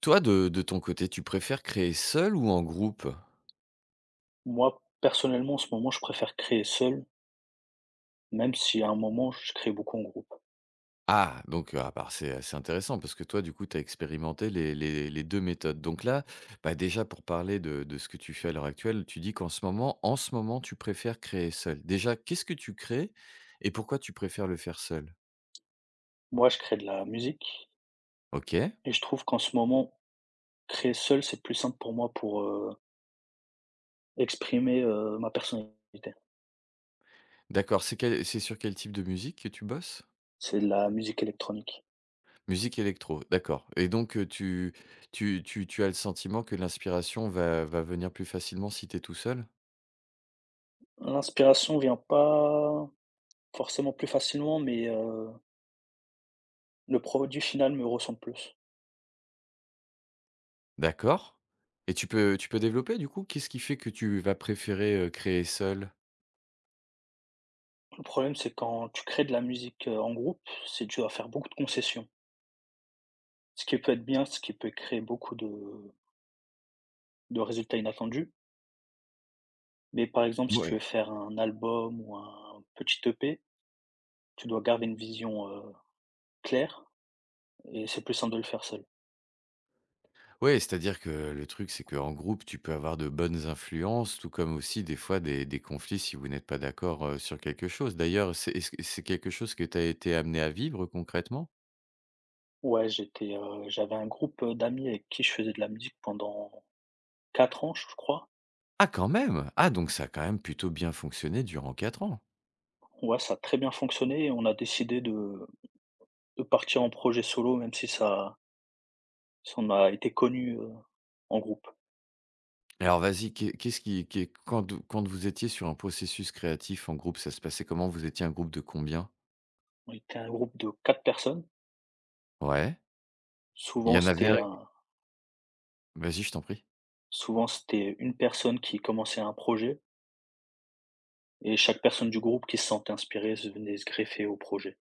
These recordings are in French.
Toi, de ton côté, tu préfères créer seul ou en groupe? Moi, personnellement, en ce moment, je préfère créer seul, même si à un moment, je crée beaucoup en groupe. Ah, bah, c'est assez intéressant parce que toi, du coup, tu as expérimenté les 2 méthodes. Donc là, bah, déjà pour parler de ce que tu fais à l'heure actuelle, tu dis qu'en ce moment, tu préfères créer seul. Déjà, qu'est-ce que tu crées et pourquoi tu préfères le faire seul? Moi, je crée de la musique OK, et je trouve qu'en ce moment, créer seul, c'est plus simple pour moi pour, exprimer, ma personnalité. d'accord, c'est sur quel type de musique que tu bosses? C'est de la musique électronique. Musique électro, d'accord et donc, tu tu as le sentiment que l'inspiration va venir plus facilement si tu es tout seul? L'inspiration vient pas forcément plus facilement, mais le produit final me ressemble plus. D'accord et tu peux développer du coup? Qu'est-ce qui fait que tu vas préférer, créer seul? Le problème, c'est quand tu crées de la musique, en groupe, c'est que tu dois faire beaucoup de concessions. Ce qui peut être bien, ce qui peut créer beaucoup de résultats inattendus, mais par exemple, si tu Oui. veux faire un album ou un petit EP, tu dois garder une vision, claire, et c'est plus simple de le faire seul. Ouais, c'est-à-dire que le truc, c'est qu'en groupe, tu peux avoir de bonnes influences, tout comme aussi des fois des conflits si vous n'êtes pas d'accord, sur quelque chose. D'ailleurs, c'est est-ce que c'est quelque chose que tu as été amené à vivre concrètement? Ouais, j'avais un groupe, d'amis avec qui je faisais de la musique pendant 4 ans, je crois. Ah quand même! Ah donc ça a quand même plutôt bien fonctionné durant 4 ans. Ouais, ça a très bien fonctionné et on a décidé de partir en projet solo, même si ça si on a été connu en groupe. Alors vas-y, qu'est qu'est-ce qui qu'est quand quand vous étiez sur un processus créatif en groupe, ça se passait comment? Vous étiez un groupe de combien? On était un groupe de 4 personnes. Ouais, il y Souvent, en avait c'était un, un vas-y, je t'en prie. souvent, c'était une personne qui commençait un projet et chaque personne du groupe qui se sentait inspirée se venait se greffer au projet.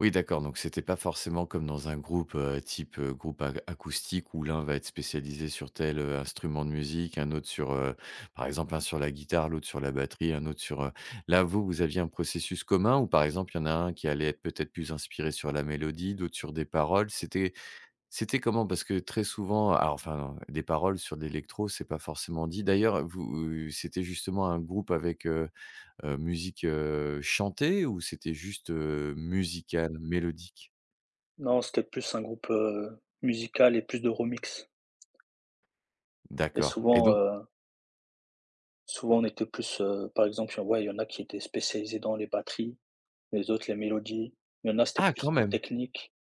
Oui, d'accord, donc c'était pas forcément comme dans un groupe, type, groupe ac acoustique où l'un va être spécialisé sur tel, instrument de musique, un autre sur, par exemple, un sur la guitare, l'autre sur la batterie, un autre sur, là, vous, vous aviez un processus commun ou par exemple, il y en a un qui allait être peut-être plus inspiré sur la mélodie, d'autres sur des paroles? C'était, c'était comment? Parce que très souvent, alors enfin, des paroles sur de l'électro, c'est pas forcément dit. D'ailleurs, vous, c'était justement un groupe avec, heu, musique, chantée ou c'était juste, musical, mélodique? Non, c'était plus un groupe, musical et plus de remix. Et D'accord et souvent, donc, heu, souvent on était plus, par exemple, ouais, il y en a qui étaient spécialisés dans les batteries, les autres les mélodies. Il y en a, c'était ah quand plus même! technique,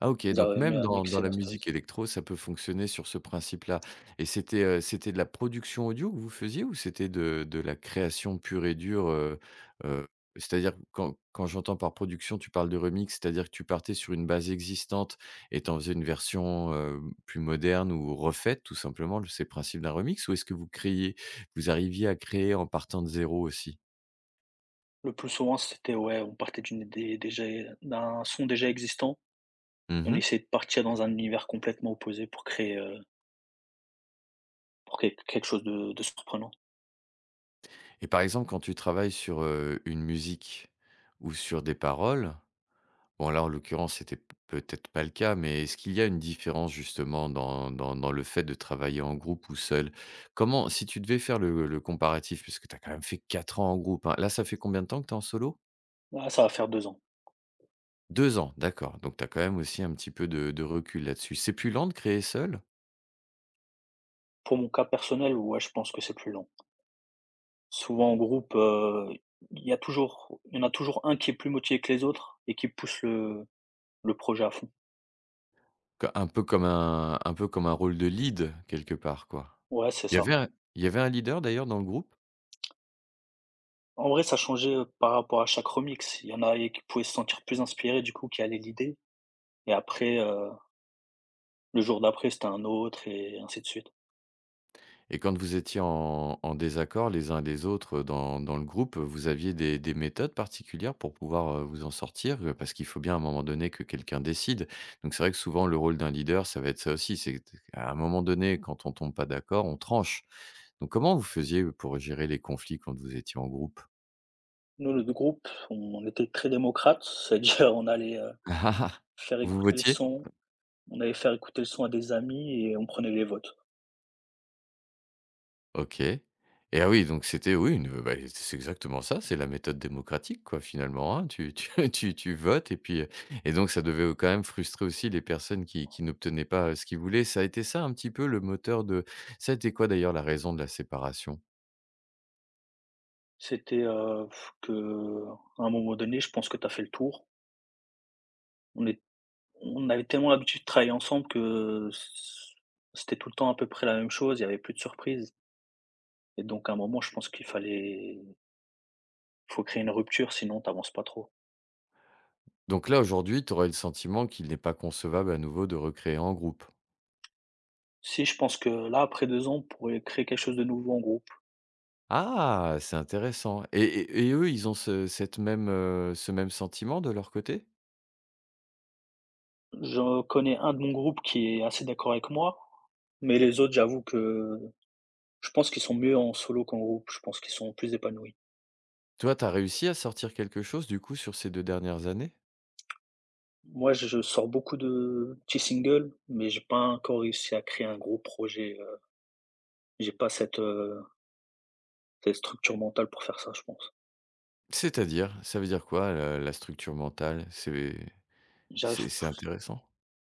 Ah OK, ils donc avaient mieux même à dans mixer dans et la masteriser. musique électro, ça peut fonctionner sur ce principe-là. Et c'était, c'était de la production audio que vous faisiez ou c'était de la création pure et dure, heu, c'est-à-dire quand j'entends par production, tu parles de remix, c'est-à-dire que tu partais sur une base existante et t'en faisais une version, plus moderne ou refaite tout simplement, le ces principes d'un remix? Ou est-ce que vous créiez, vous arriviez à créer en partant de zéro aussi? Le plus souvent, c'était, ouais, on partait d'une idée déjà, d'un son déjà existant, on Mmh. essayait de partir dans un univers complètement opposé pour créer quelque chose de surprenant. Et par exemple, quand tu travailles sur, une musique ou sur des paroles. Bon là, en l'occurrence, c'était p peut-être pas le cas, mais est-ce qu'il y a une différence justement dans dans le fait de travailler en groupe ou seul? Comment, si tu devais faire le comparatif, puisque tu as quand même fait 4 ans en groupe, hein. Là, ça fait combien de temps que tu es en solo? Là, ça va faire 2 ans. 2 ans, d'accord, donc tu as quand même aussi un petit peu de recul là-dessus. C'est plus lent de créer seul? Pour mon cas personnel, ouais, je pense que c'est plus lent. Souvent en groupe, il y en a toujours un qui est plus motivé que les autres et qui pousse le projet à fond. Co Un peu comme un peu comme un rôle de lead quelque part, quoi. Ouais, c'est Il y ça. avait un, il y avait un leader d'ailleurs dans le groupe? En vrai, ça changeait, par rapport à chaque remix. Il y en a qui pouvaient se sentir plus inspirés, du coup, qui allaient l'idée, et après, le jour d'après, c'était un autre et ainsi de suite. Et quand vous étiez en en désaccord les uns les autres, dans le groupe, vous aviez des méthodes particulières pour pouvoir, vous en sortir? Parce qu'il faut bien à un moment donné que quelqu'un décide. Donc c'est vrai que souvent le rôle d'un leader, ça va être ça aussi, c'est t à un moment donné, quand on tombe pas d'accord, on tranche. Donc comment vous faisiez, pour gérer les conflits quand vous étiez en groupe? Nous, le groupe, on était très démocrate, c'est-à-dire on allait, faire Vous écouter le votiez? son on allait faire écouter le son à des amis et on prenait les votes. OK. Et ah oui, donc c'était, oui, une, bah, c'est exactement ça, c'est la méthode démocratique quoi finalement, hein. Tu tu votes et puis, et donc ça devait, quand même frustrer aussi les personnes qui n'obtenaient pas, ce qu'ils voulaient. Ça a été ça un petit peu le moteur de, ça a été quoi d'ailleurs la raison de la séparation? C'était que à un moment donné, je pense que tu as fait le tour. On On avait tellement l'habitude de travailler ensemble que c'était tout le temps à peu près la même chose, il y avait plus de surprises, et donc à un moment, je pense qu'il fallait faut créer une rupture, sinon t'avances pas trop. Donc là, aujourd'hui, tu aurais le sentiment qu'il n'est pas concevable à nouveau de recréer en groupe. Si, je pense que là, après 2 ans, on pourrait créer quelque chose de nouveau en groupe. Ah! C'est intéressant et et eux, ils ont ce cette même, ce même sentiment de leur côté? Je connais un de mon groupe qui est assez d'accord avec moi, mais les autres, j'avoue que je pense qu'ils sont mieux en solo qu'en groupe, je pense qu'ils sont plus épanouis. Toi, tu as réussi à sortir quelque chose du coup sur ces 2 dernières années? Moi, je sors beaucoup de petits singles, mais j'ai pas encore réussi à créer un gros projet, j'ai pas cette, c'est structure mentale pour faire ça, je pense. C'est-à-dire? Ça veut dire quoi la structure mentale? C'est J'arrive c'est intéressant.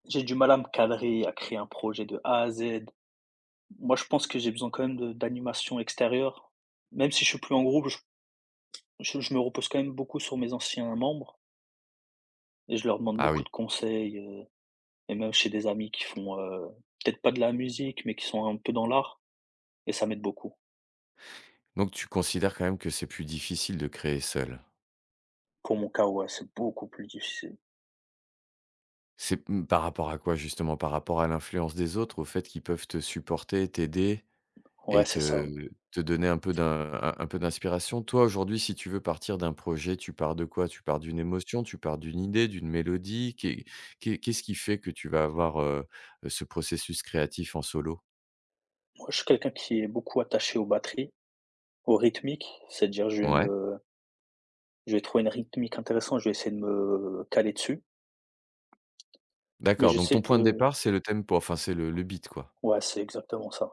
j'ai du mal à me cadrer, à créer un projet de A à Z. Moi, je pense que j'ai besoin quand même de d'animation extérieure. Même si je suis plus en groupe, je me repose quand même beaucoup sur mes anciens membres et je leur demande Ah beaucoup oui, de conseils, et même chez des amis qui font, peut-être pas de la musique, mais qui sont un peu dans l'art, et ça m'aide beaucoup. donc tu considères quand même que c'est plus difficile de créer seul? Pour mon cas, ouais, c'est beaucoup plus difficile. C'est, mmh, par rapport à quoi justement? Par rapport à l'influence des autres? Au fait qu'ils peuvent te supporter, t'aider et Ouais, c'est ça. te donner un peu d'un un peu d'inspiration? Toi, aujourd'hui, si tu veux partir d'un projet, tu pars de quoi? Tu pars d'une émotion? Tu pars d'une idée, d'une mélodie? Qu'est-ce qui fait que tu vas avoir, ce processus créatif en solo? Moi, je suis quelqu'un qui est beaucoup attaché aux batteries, aux rythmiques, c'est-à-dire je vais Ouais. me je vais trouver une rythmique intéressante, je vais essayer de me caler dessus, mais D'accord, je donc sais ton que, point de départ, c'est le tempo, enfin c'est le beat, quoi. ouais, c'est exactement ça.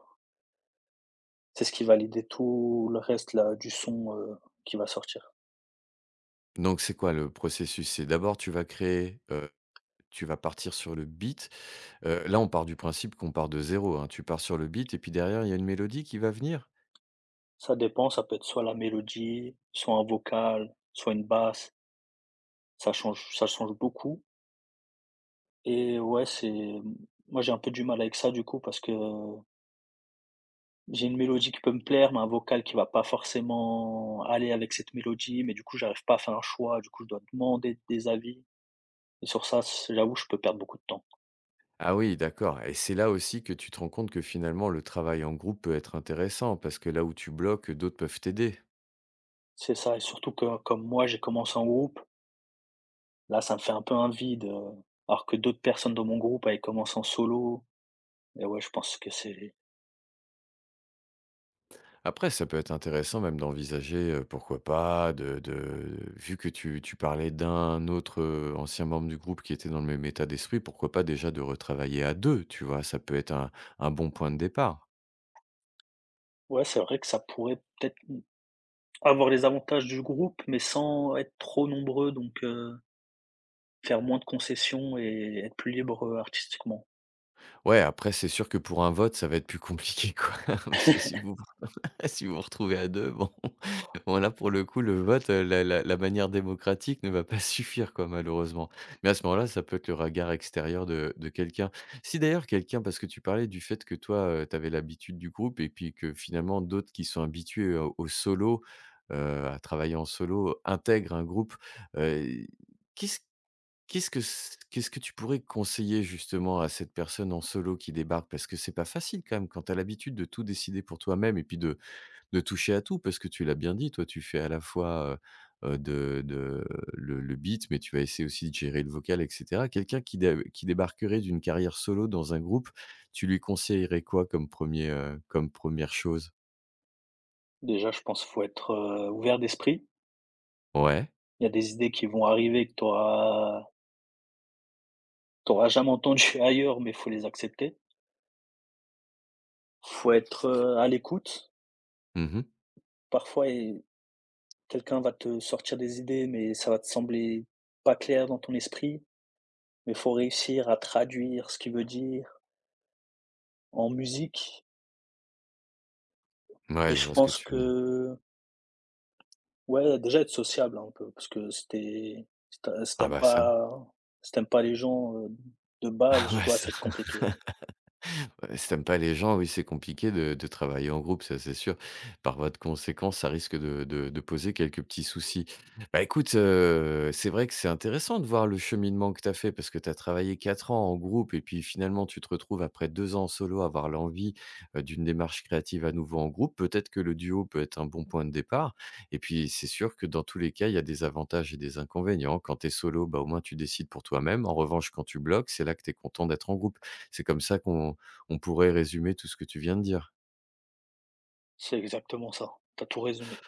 C'est ce qui va l'aider tout le reste là, du son, qui va sortir. Donc c'est quoi le processus? C'est d'abord tu vas créer, tu vas partir sur le beat. Là, on part du principe qu'on part de zéro, hein. Tu pars sur le beat et puis derrière, il y a une mélodie qui va venir? Ça dépend, ça peut être soit la mélodie, soit un vocal, soit une basse, ça change beaucoup. Et ouais, c'est moi j'ai un peu du mal avec ça du coup, parce que j'ai une mélodie qui peut me plaire, mais un vocal qui va pas forcément aller avec cette mélodie, mais du coup j'arrive pas à faire un choix, du coup je dois demander des avis, et sur ça, c'est là où je peux perdre beaucoup de temps. Ah oui, d'accord et c'est là aussi que tu te rends compte que finalement le travail en groupe peut être intéressant parce que là où tu bloques, d'autres peuvent t'aider. C'est ça, et surtout que comme moi j'ai commencé en groupe, là ça me fait un peu un vide, alors que d'autres personnes dans mon groupe avaient commencé en solo, et ouais je pense que c'est Après, ça peut être intéressant même d'envisager, pourquoi pas, de vu que tu parlais d'un autre, ancien membre du groupe qui était dans le même état d'esprit, pourquoi pas déjà de retravailler à 2, tu vois? Ça peut être un bon point de départ. ouais c'est vrai que ça pourrait peut-être avoir les avantages du groupe, mais sans être trop nombreux, donc faire moins de concessions et être plus libre, artistiquement. Ouais, après, c'est sûr que pour un vote, ça va être plus compliqué, quoi, parce que si vous si vous vous retrouvez à 2, bon, bon là, pour le coup, le vote, la manière démocratique ne va pas suffire, quoi, malheureusement. Mais à ce moment-là, ça peut être le regard extérieur de quelqu'un. Si d'ailleurs quelqu'un, parce que tu parlais du fait que toi, tu avais l'habitude du groupe et puis que finalement d'autres qui sont habitués, au solo, à travailler en solo, intègrent un groupe, heu, qu'est-ce qu'est-ce que tu pourrais conseiller justement à cette personne en solo qui débarque? Parce que c'est pas facile quand même, quand tu as l'habitude de tout décider pour toi-même et puis de toucher à tout parce que tu l'as bien dit, toi, tu fais à la fois, de le beat, mais tu vas essayer aussi de gérer le vocal et cetera. Quelqu'un qui débarquerait d'une carrière solo dans un groupe, tu lui conseillerais quoi comme premier er comme première chose? Déjà je pense qu'il faut être, ouvert d'esprit. Ouais. Il y a des idées qui vont arriver que tu auras jamais entendues ailleurs, mais faut les accepter. Faut être, à l'écoute Mmh. parfois. Et quelqu'un va te sortir des idées, mais ça va te sembler pas clair dans ton esprit, mais faut réussir à traduire ce qu'il veut dire en musique. Et Ouais, je je vois ce que pense tu veux dire. que, ouais, déjà être sociable hein, un peu, parce que si Ah tu bah ça, pas les gens, de base, ah bah ouais, ça ça. va être compliqué. Ouais, si tu pas les gens, oui, c'est compliqué de travailler en groupe, ça, c'est sûr. Par voie de conséquence, ça risque de poser quelques petits soucis. Bah, écoute, c'est vrai que c'est intéressant de voir le cheminement que t'as fait parce que t'as travaillé 4 ans en groupe et puis finalement, tu te retrouves après 2 ans en solo à avoir l'envie, d'une démarche créative à nouveau en groupe. Peut-être que le duo peut être un bon point de départ et puis, c'est sûr que dans tous les cas, il y a des avantages et des inconvénients. Quand t'es solo, bah, au moins tu décides pour toi-même. En revanche, quand tu bloques, c'est là que t'es content d'être en groupe. C'est comme ça qu'on, on pourrait résumer tout ce que tu viens de dire. C'est exactement ça. T'as tout résumé.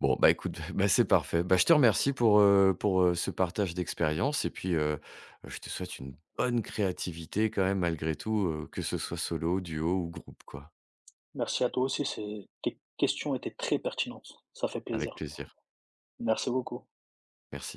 Bon, bah, écoute, bah, c'est parfait. Bah, je te remercie pour, ce partage d'expérience et puis, je te souhaite une bonne créativité quand même malgré tout, que ce soit solo, duo ou groupe quoi. Merci à toi aussi, c'est tes questions étaient très pertinentes. Ça fait Avec plaisir. plaisir. Merci beaucoup. Merci.